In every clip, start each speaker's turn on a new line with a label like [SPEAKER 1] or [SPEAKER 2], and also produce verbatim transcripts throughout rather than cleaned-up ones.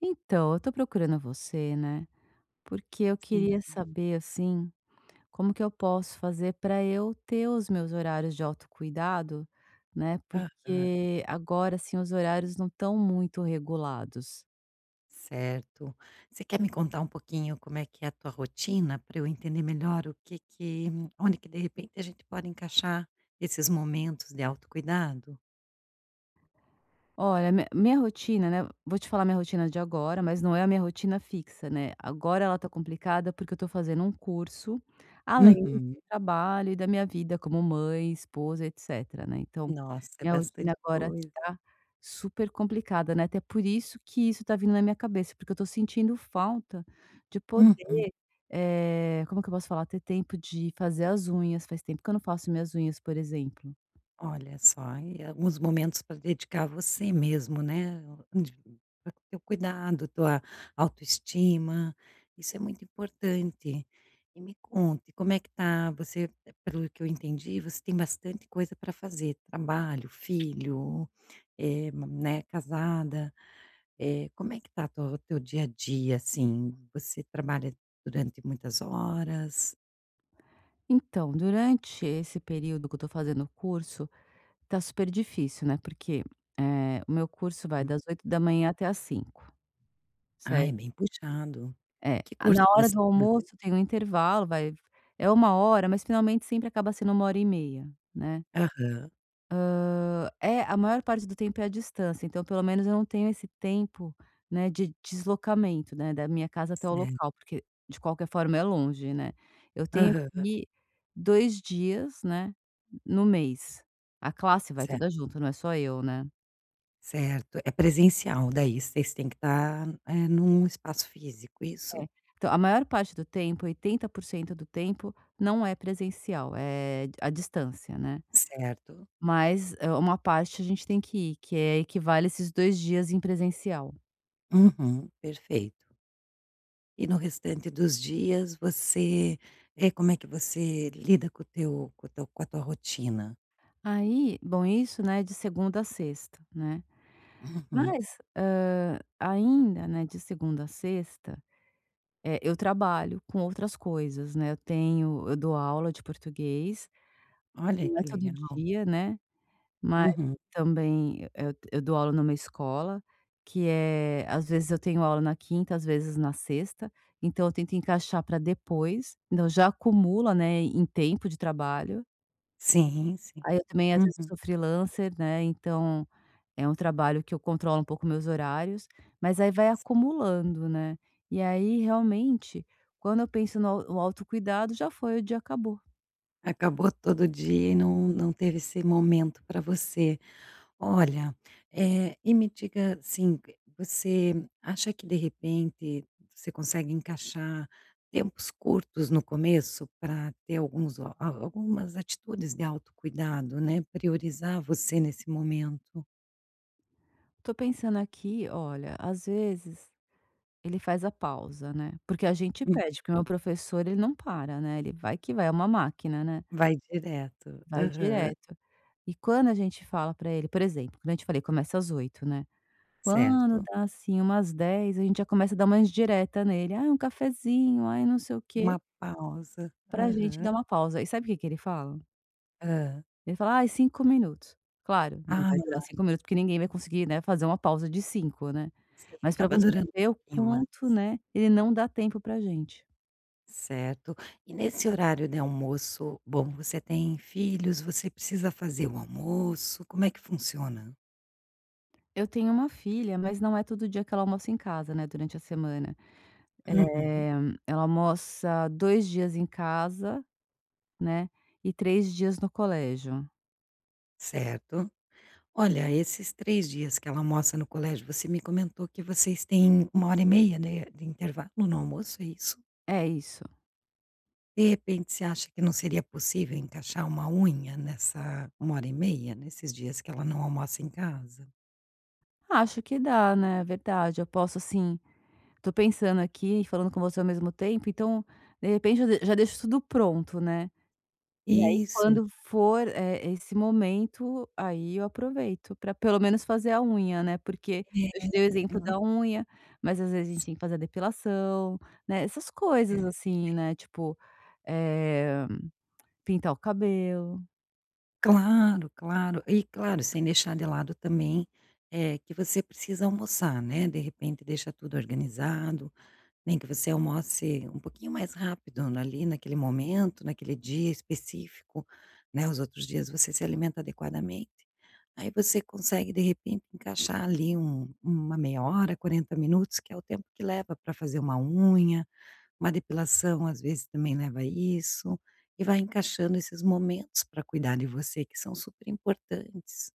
[SPEAKER 1] Então, eu tô procurando você, né? Porque eu
[SPEAKER 2] Sim.
[SPEAKER 1] queria saber, assim, como que eu posso fazer para eu ter os meus horários de autocuidado, né?
[SPEAKER 2] Aham.
[SPEAKER 1] Porque agora, assim, os horários não estão muito regulados.
[SPEAKER 2] Certo. Você quer me contar um pouquinho como é que é a tua rotina para eu entender melhor o que que onde que de repente a gente pode encaixar esses momentos de autocuidado?
[SPEAKER 1] Olha, mi minha rotina, né, vou te falar minha rotina de agora, mas não é a minha rotina fixa, né. Agora ela tá complicada, porque eu tô fazendo um curso, além do
[SPEAKER 2] Uhum.
[SPEAKER 1] trabalho e da minha vida como mãe, esposa, etcétera, né. Então,
[SPEAKER 2] Nossa, é
[SPEAKER 1] minha
[SPEAKER 2] bastante
[SPEAKER 1] rotina agora
[SPEAKER 2] coisa.
[SPEAKER 1] tá super complicada, né, até por isso que isso tá vindo na minha cabeça, porque eu tô sentindo falta de poder,
[SPEAKER 2] Uhum.
[SPEAKER 1] eh, como que eu posso falar? Ter tempo de fazer as unhas, faz tempo que eu não faço minhas unhas, por exemplo.
[SPEAKER 2] Olha só, e alguns momentos para dedicar a você mesmo, né? Para Pra teu cuidado, tua autoestima, isso é muito importante. E me conte, como é que tá? Você, pelo que eu entendi, você tem bastante coisa para fazer, trabalho, filho, eh, ma- né, casada. Eh, como é que tá o teu dia a dia, assim? Você trabalha durante muitas horas?
[SPEAKER 1] Então, durante esse período que eu tô fazendo o curso, tá super difícil, né, porque, eh, o meu curso vai
[SPEAKER 2] Hum?
[SPEAKER 1] das oito da manhã até às cinco,
[SPEAKER 2] Ah, é
[SPEAKER 1] certo?
[SPEAKER 2] bem puxado.
[SPEAKER 1] É,
[SPEAKER 2] Que
[SPEAKER 1] na
[SPEAKER 2] curso
[SPEAKER 1] hora
[SPEAKER 2] você
[SPEAKER 1] do almoço tem um intervalo, vai é uma hora, mas finalmente sempre acaba sendo uma hora e meia, né.
[SPEAKER 2] faz?
[SPEAKER 1] Hã, é, a maior parte do tempo é a distância, então pelo menos eu não tenho esse tempo, né, de deslocamento, né, da minha casa até o local,
[SPEAKER 2] Certo.
[SPEAKER 1] porque de qualquer forma é longe, né. Eu tenho que
[SPEAKER 2] Aham.
[SPEAKER 1] ir 2 dias, né, no mês. A classe vai
[SPEAKER 2] Certo,
[SPEAKER 1] toda junto, não é só eu, né.
[SPEAKER 2] certo. É presencial daí, vocês têm que estar, eh, num espaço físico, isso?
[SPEAKER 1] É. Então, a maior parte do tempo, oitenta por cento do tempo, não é presencial, é à distância, né.
[SPEAKER 2] Certo.
[SPEAKER 1] Mas, hã, uma parte a gente tem que ir, que é equivale a esses dois dias em presencial.
[SPEAKER 2] Uhum, perfeito. E no restante dos dias você, eh, como é que você lida com o teu com o teu com a tua rotina?
[SPEAKER 1] Aí bom, isso, né, de segunda a sexta, né.
[SPEAKER 2] Uhum.
[SPEAKER 1] Mas, hã, ainda, né, de segunda a sexta, eh, eu trabalho com outras coisas, né, eu tenho eu dou aula de português,
[SPEAKER 2] Olha
[SPEAKER 1] não é
[SPEAKER 2] que
[SPEAKER 1] todo
[SPEAKER 2] legal.
[SPEAKER 1] dia, né. Mas
[SPEAKER 2] Uhum.
[SPEAKER 1] também eu eu dou aula numa escola que é às vezes eu tenho aula na quinta, às vezes na sexta, então eu tento encaixar para depois, então já acumula, né, em tempo de trabalho.
[SPEAKER 2] Sim, sim.
[SPEAKER 1] Aí eu também às vezes eu
[SPEAKER 2] Uhum.
[SPEAKER 1] sou freelancer, né, então é um trabalho que eu controlo um pouco meus horários, mas aí vai acumulando, né. E aí realmente, quando eu penso no au no autocuidado já foi, o dia acabou.
[SPEAKER 2] Acabou todo dia e não não teve esse momento para você. Olha, eh, e me diga assim, você acha que de repente você consegue encaixar tempos curtos no começo para ter alguns a algumas atitudes de autocuidado, né, priorizar você nesse momento?
[SPEAKER 1] Tô pensando aqui, olha, às vezes ele faz a pausa, né, porque a gente
[SPEAKER 2] Hum,
[SPEAKER 1] pede, porque o meu professor ele não para, né, ele vai que vai, é uma máquina, né,
[SPEAKER 2] vai direto.
[SPEAKER 1] vai
[SPEAKER 2] Aham,
[SPEAKER 1] direto. E quando a gente fala para ele, por exemplo, quando a gente falei, começa às oito, né, quando
[SPEAKER 2] certo.
[SPEAKER 1] dá, assim, umas dez, a gente já começa a dar uma indireta nele: ah, um cafezinho, ai, não sei o quê,
[SPEAKER 2] Uma pausa.
[SPEAKER 1] pra gente dar
[SPEAKER 2] Aham.
[SPEAKER 1] uma pausa. E sabe o que que ele fala?
[SPEAKER 2] Hã.
[SPEAKER 1] Ele fala: "Ai, cinco minutos". Claro, não
[SPEAKER 2] Ah,
[SPEAKER 1] vai durar cinco minutos, porque ninguém vai conseguir, né, fazer uma pausa de cinco, né,
[SPEAKER 2] sim,
[SPEAKER 1] mas para
[SPEAKER 2] acaba
[SPEAKER 1] você
[SPEAKER 2] durando
[SPEAKER 1] ver o
[SPEAKER 2] um pouquinho mais.
[SPEAKER 1] quanto, né, ele não dá tempo pra gente.
[SPEAKER 2] Certo. E nesse horário de almoço, bom, você tem filhos, você precisa fazer o almoço, como é que funciona?
[SPEAKER 1] Eu tenho uma filha, mas não é todo dia que ela almoça em casa, né, durante a semana.
[SPEAKER 2] Uhum,
[SPEAKER 1] Eh, Ela almoça dois dias em casa, né, e três dias no colégio.
[SPEAKER 2] certo. Olha, esses três dias que ela almoça no colégio, você me comentou que vocês têm uma hora e meia, né, de intervalo no almoço, é isso?
[SPEAKER 1] É isso.
[SPEAKER 2] De repente, você acha que não seria possível encaixar uma unha nessa uma hora e meia, nesses dias que ela não almoça em casa?
[SPEAKER 1] Acho que dá, né, é verdade. Eu posso assim tô pensando aqui e falando com você ao mesmo tempo, então, de repente, eu de já deixo tudo pronto, né. E aí
[SPEAKER 2] Isso.
[SPEAKER 1] quando for, eh, esse momento, aí eu aproveito para pelo menos fazer a unha, né, porque eu
[SPEAKER 2] É,
[SPEAKER 1] te dei o exemplo da unha, mas às vezes a gente tem que fazer a depilação, né, essas coisas
[SPEAKER 2] eu-
[SPEAKER 1] assim, né, tipo, eh, pintar o cabelo.
[SPEAKER 2] Claro, claro. E claro, sem deixar de lado também, eh, que você precisa almoçar, né, de repente deixa tudo organizado, nem que você almoce um pouquinho mais rápido ali naquele momento, naquele dia específico, né, os outros dias você se alimenta adequadamente, aí você consegue de repente encaixar ali um uma meia hora, quarenta minutos, que é o tempo que leva para fazer uma unha, uma depilação às vezes também leva a isso, e vai encaixando esses momentos para cuidar de você que são super importantes.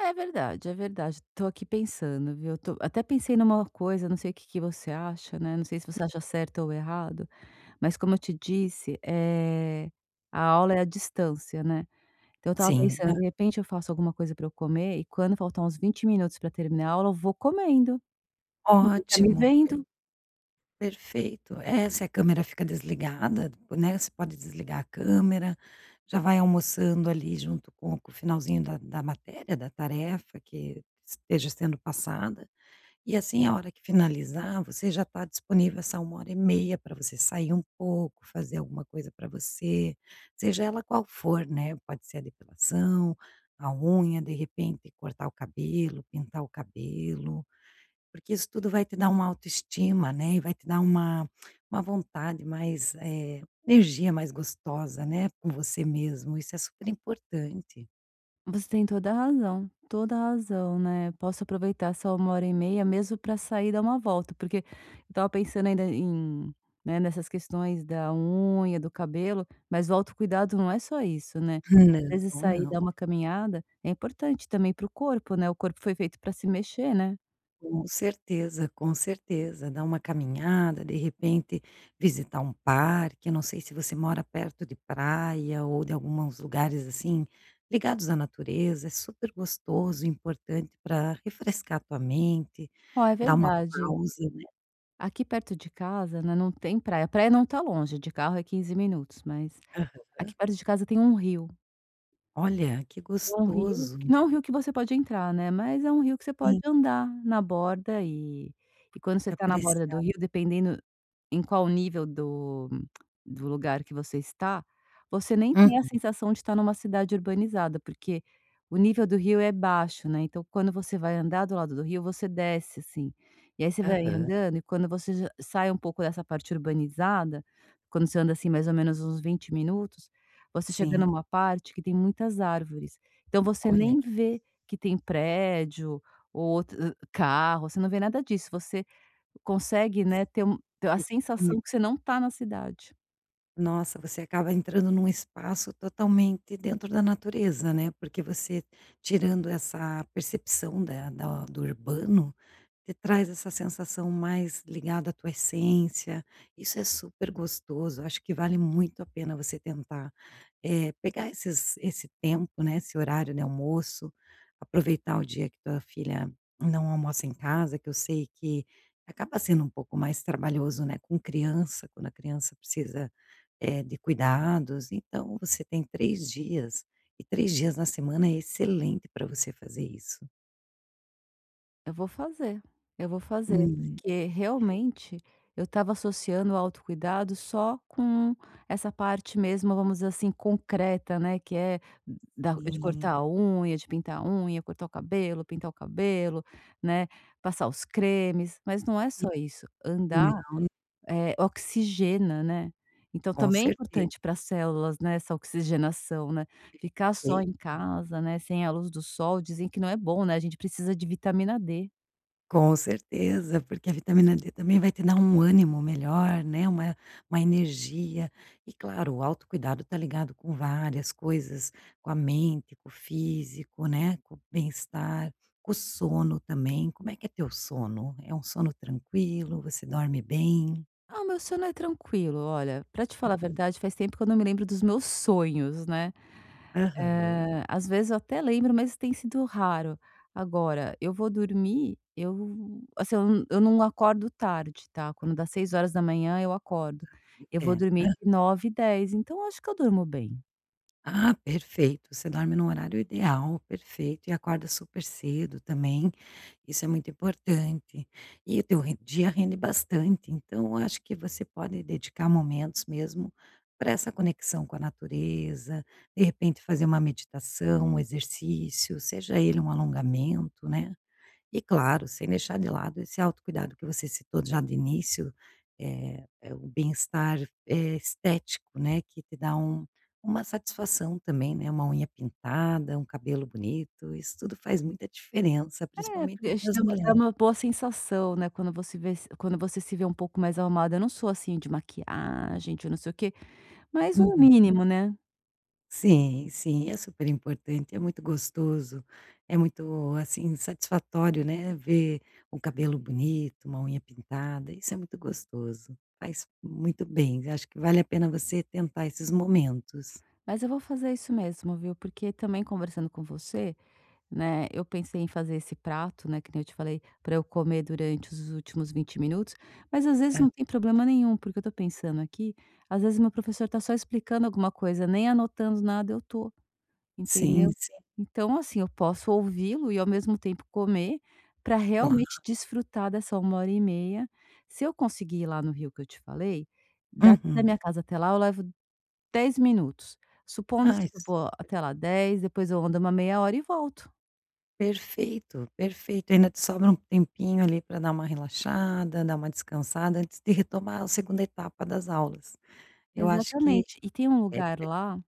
[SPEAKER 1] É verdade, é verdade, tô aqui pensando, viu, tô até pensei numa coisa, não sei o que que você acha, né, não sei se você acha certo ou errado, mas como eu te disse, é a aula é à distância, né. Então eu estava
[SPEAKER 2] Sim,
[SPEAKER 1] pensando,
[SPEAKER 2] hã,
[SPEAKER 1] de repente eu faço alguma coisa pra eu comer e quando faltar uns vinte minutos pra terminar a aula, eu vou comendo. Ninguém tá me
[SPEAKER 2] ótimo, per
[SPEAKER 1] vendo.
[SPEAKER 2] perfeito. É, se a câmera fica desligada, né, você pode desligar a câmera, já vai almoçando ali junto com com o finalzinho da da matéria, da tarefa que esteja sendo passada. E assim, a hora que finalizar, você já está disponível essa uma hora e meia para você sair um pouco, fazer alguma coisa para você, seja ela qual for, né, pode ser a depilação, a unha, de repente cortar o cabelo, pintar o cabelo, porque isso tudo vai te dar uma autoestima, né, e vai te dar uma uma vontade mais, eh, energia mais gostosa, né, com você mesmo, isso é super importante.
[SPEAKER 1] Você tem toda a razão, toda a razão, né. Posso aproveitar essa uma hora e meia mesmo pra sair e dar uma volta, porque eu estava pensando ainda em né, nessas questões da unha, do cabelo, mas o autocuidado não é só isso, né. Às vezes
[SPEAKER 2] Não,
[SPEAKER 1] sair e
[SPEAKER 2] não.
[SPEAKER 1] dar uma caminhada é importante também para o corpo, né, o corpo foi feito pra se mexer, né.
[SPEAKER 2] Com certeza, com certeza. Dar uma caminhada, de repente visitar um parque, não sei se você mora perto de praia ou de alguns lugares assim ligados à natureza, é super gostoso, importante para refrescar a tua mente,
[SPEAKER 1] Ó, é
[SPEAKER 2] dar uma
[SPEAKER 1] verdade.
[SPEAKER 2] pausa, né.
[SPEAKER 1] Aqui perto de casa, né, não tem praia. A praia não tá longe, de carro é quinze minutos, mas
[SPEAKER 2] Aham.
[SPEAKER 1] aqui perto de casa tem um rio.
[SPEAKER 2] Olha, que
[SPEAKER 1] Tem um rio
[SPEAKER 2] gostoso.
[SPEAKER 1] que não é um rio que você pode entrar, né, mas é um rio que você pode
[SPEAKER 2] Sim,
[SPEAKER 1] andar na borda, e e quando você
[SPEAKER 2] que
[SPEAKER 1] tá na borda do
[SPEAKER 2] apreciar.
[SPEAKER 1] rio, dependendo em qual nível do do lugar que você está, você nem tem a
[SPEAKER 2] Uhum.
[SPEAKER 1] sensação de estar numa cidade urbanizada, porque o nível do rio é baixo, né, então quando você vai andar do lado do rio, você desce, assim. E aí você vai
[SPEAKER 2] Aham.
[SPEAKER 1] andando e quando você já sai um pouco dessa parte urbanizada, quando você anda, assim, mais ou menos uns vinte minutos, você chega
[SPEAKER 2] Sim,
[SPEAKER 1] numa parte que tem muitas árvores. Então você
[SPEAKER 2] olha
[SPEAKER 1] nem
[SPEAKER 2] que
[SPEAKER 1] vê que tem prédio ou outro carro, você não vê nada disso, você consegue, né, ter um ter a
[SPEAKER 2] ai, que
[SPEAKER 1] sensação que você não tá na cidade.
[SPEAKER 2] Nossa, você acaba entrando num espaço totalmente dentro da natureza, né, porque você tirando essa percepção da da do urbano, te traz essa sensação mais ligada à tua essência, isso é super gostoso, acho que vale muito a pena você tentar, eh, pegar esses esse tempo, né, esse horário de almoço, aproveitar o dia que tua filha não almoça em casa, que eu sei que acaba sendo um pouco mais trabalhoso, né, com criança, quando a criança precisa eh, de cuidados, então você tem três dias, e três dias na semana é excelente para você fazer isso.
[SPEAKER 1] Eu vou fazer, eu vou fazer,
[SPEAKER 2] Hum,
[SPEAKER 1] porque realmente eu estava associando o autocuidado só com essa parte mesmo, vamos dizer assim, concreta, né, que é da de
[SPEAKER 2] sim,
[SPEAKER 1] cortar a unha, de pintar a unha, cortar o cabelo, pintar o cabelo, né, passar os cremes, mas não é
[SPEAKER 2] sim.
[SPEAKER 1] só isso. Andar
[SPEAKER 2] Não,
[SPEAKER 1] é, oxigena, né. Então
[SPEAKER 2] com
[SPEAKER 1] também é
[SPEAKER 2] certeza,
[SPEAKER 1] importante para as células, né, essa oxigenação, né. Ficar só
[SPEAKER 2] e
[SPEAKER 1] em casa, né, sem a luz do sol, dizem que não é bom, né, a gente precisa de vitamina D.
[SPEAKER 2] com certeza, porque a vitamina D também vai te dar um ânimo melhor, né, uma uma energia. E claro, o autocuidado está ligado com várias coisas, com a mente, com o físico, né, com o bem-estar, com o sono também. Como é que é teu sono? É um sono tranquilo? Você dorme bem?
[SPEAKER 1] Ah, o meu sono é tranquilo. Olha, pra te falar a verdade, faz tempo que eu não me lembro dos meus sonhos, né.
[SPEAKER 2] Aham,
[SPEAKER 1] Eh, às vezes eu até lembro, mas tem sido raro. Agora, eu vou dormir, eu assim, eu não eu não acordo tarde, tá. Quando dá seis horas da manhã, eu acordo.
[SPEAKER 2] tudo
[SPEAKER 1] Eu vou
[SPEAKER 2] em pé.
[SPEAKER 1] dormir
[SPEAKER 2] Hã.
[SPEAKER 1] entre nove e dez, h então eu acho que eu durmo bem.
[SPEAKER 2] Ah, perfeito, você dorme no horário ideal, perfeito, e acorda super cedo também, isso é muito importante. E o teu ren dia rende bastante, então eu acho que você pode dedicar momentos mesmo para essa conexão com a natureza, de repente fazer uma meditação, um exercício, seja ele um alongamento, né. E claro, sem deixar de lado esse autocuidado que você citou já do início, eh, é o bem-estar, eh, estético, né, que te dá um uma satisfação também, né, uma unha pintada, um cabelo bonito, isso tudo faz muita diferença,
[SPEAKER 1] É,
[SPEAKER 2] principalmente
[SPEAKER 1] porque acho
[SPEAKER 2] para
[SPEAKER 1] que
[SPEAKER 2] as
[SPEAKER 1] dá uma dá
[SPEAKER 2] mulheres.
[SPEAKER 1] uma boa sensação, né, quando você vê se quando você se vê um pouco mais arrumada. Eu não sou, assim, de maquiagem, de não sei o quê, mas um
[SPEAKER 2] Uhum.
[SPEAKER 1] mínimo, né.
[SPEAKER 2] Sim, sim, é super importante, é muito gostoso, é muito, assim, satisfatório, né, ver um cabelo bonito, uma unha pintada, isso é muito gostoso, faz muito bem, acho que vale a pena você tentar esses momentos.
[SPEAKER 1] Mas eu vou fazer isso mesmo, viu? Porque também conversando com você, né, eu pensei em fazer esse prato, né, que nem eu te falei, para eu comer durante os últimos vinte minutos, mas às vezes
[SPEAKER 2] É.
[SPEAKER 1] não tem problema nenhum, porque eu tô pensando aqui, às vezes meu professor tá só explicando alguma coisa, nem anotando nada eu tô,
[SPEAKER 2] Sim,
[SPEAKER 1] entendeu?
[SPEAKER 2] sim,
[SPEAKER 1] Então, assim, eu posso ouvi-lo e ao mesmo tempo comer para realmente
[SPEAKER 2] claro.
[SPEAKER 1] desfrutar dessa uma hora e meia. Se eu conseguir ir lá no rio que eu te falei, daqui da minha
[SPEAKER 2] Uhum.
[SPEAKER 1] casa até lá eu levo dez minutos. Supondo-se
[SPEAKER 2] Ai,
[SPEAKER 1] que eu
[SPEAKER 2] su-
[SPEAKER 1] vou até lá dez depois eu ando uma meia hora e volto.
[SPEAKER 2] perfeito, perfeito, ainda te sobra um tempinho ali para dar uma relaxada, dar uma descansada antes de retomar a segunda etapa das aulas. Eu acho que
[SPEAKER 1] Exatamente. E tem um
[SPEAKER 2] é.
[SPEAKER 1] lugar lá,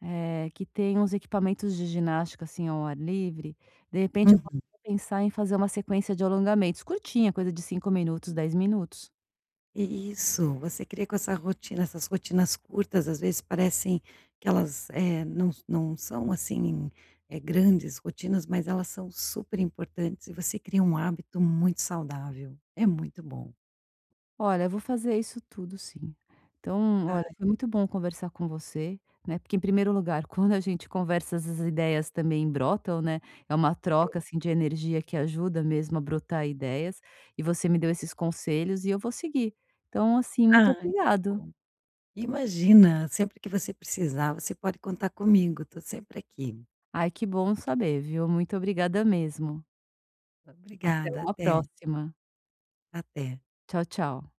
[SPEAKER 1] eh, que tem uns equipamentos de ginástica, assim, ao ar livre, de repente eu posso
[SPEAKER 2] Uhum.
[SPEAKER 1] pensar em fazer uma sequência de alongamentos curtinha, coisa de cinco minutos, dez minutos.
[SPEAKER 2] Isso, você cria com essa rotina essas rotinas curtas, às vezes parecem que elas, eh, não não são assim, eh, grandes rotinas, mas elas são super importantes e você cria um hábito muito saudável. É muito bom.
[SPEAKER 1] Olha, eu vou fazer isso tudo sim. Então,
[SPEAKER 2] Tá?
[SPEAKER 1] olha, foi muito bom conversar com você, né, porque em primeiro lugar, quando a gente conversa, as ideias também brotam, né, é uma troca, assim, de energia que ajuda mesmo a brotar ideias, e você me deu esses conselhos e eu vou seguir. Então, assim, muito
[SPEAKER 2] Ah. que
[SPEAKER 1] obrigado.
[SPEAKER 2] bom. Imagina, sempre que você precisar, você pode contar comigo, estou sempre aqui.
[SPEAKER 1] Ai, que bom saber, viu. Muito obrigada mesmo. Até
[SPEAKER 2] Obrigada,
[SPEAKER 1] uma
[SPEAKER 2] até,
[SPEAKER 1] próxima.
[SPEAKER 2] até.
[SPEAKER 1] Tchau, tchau.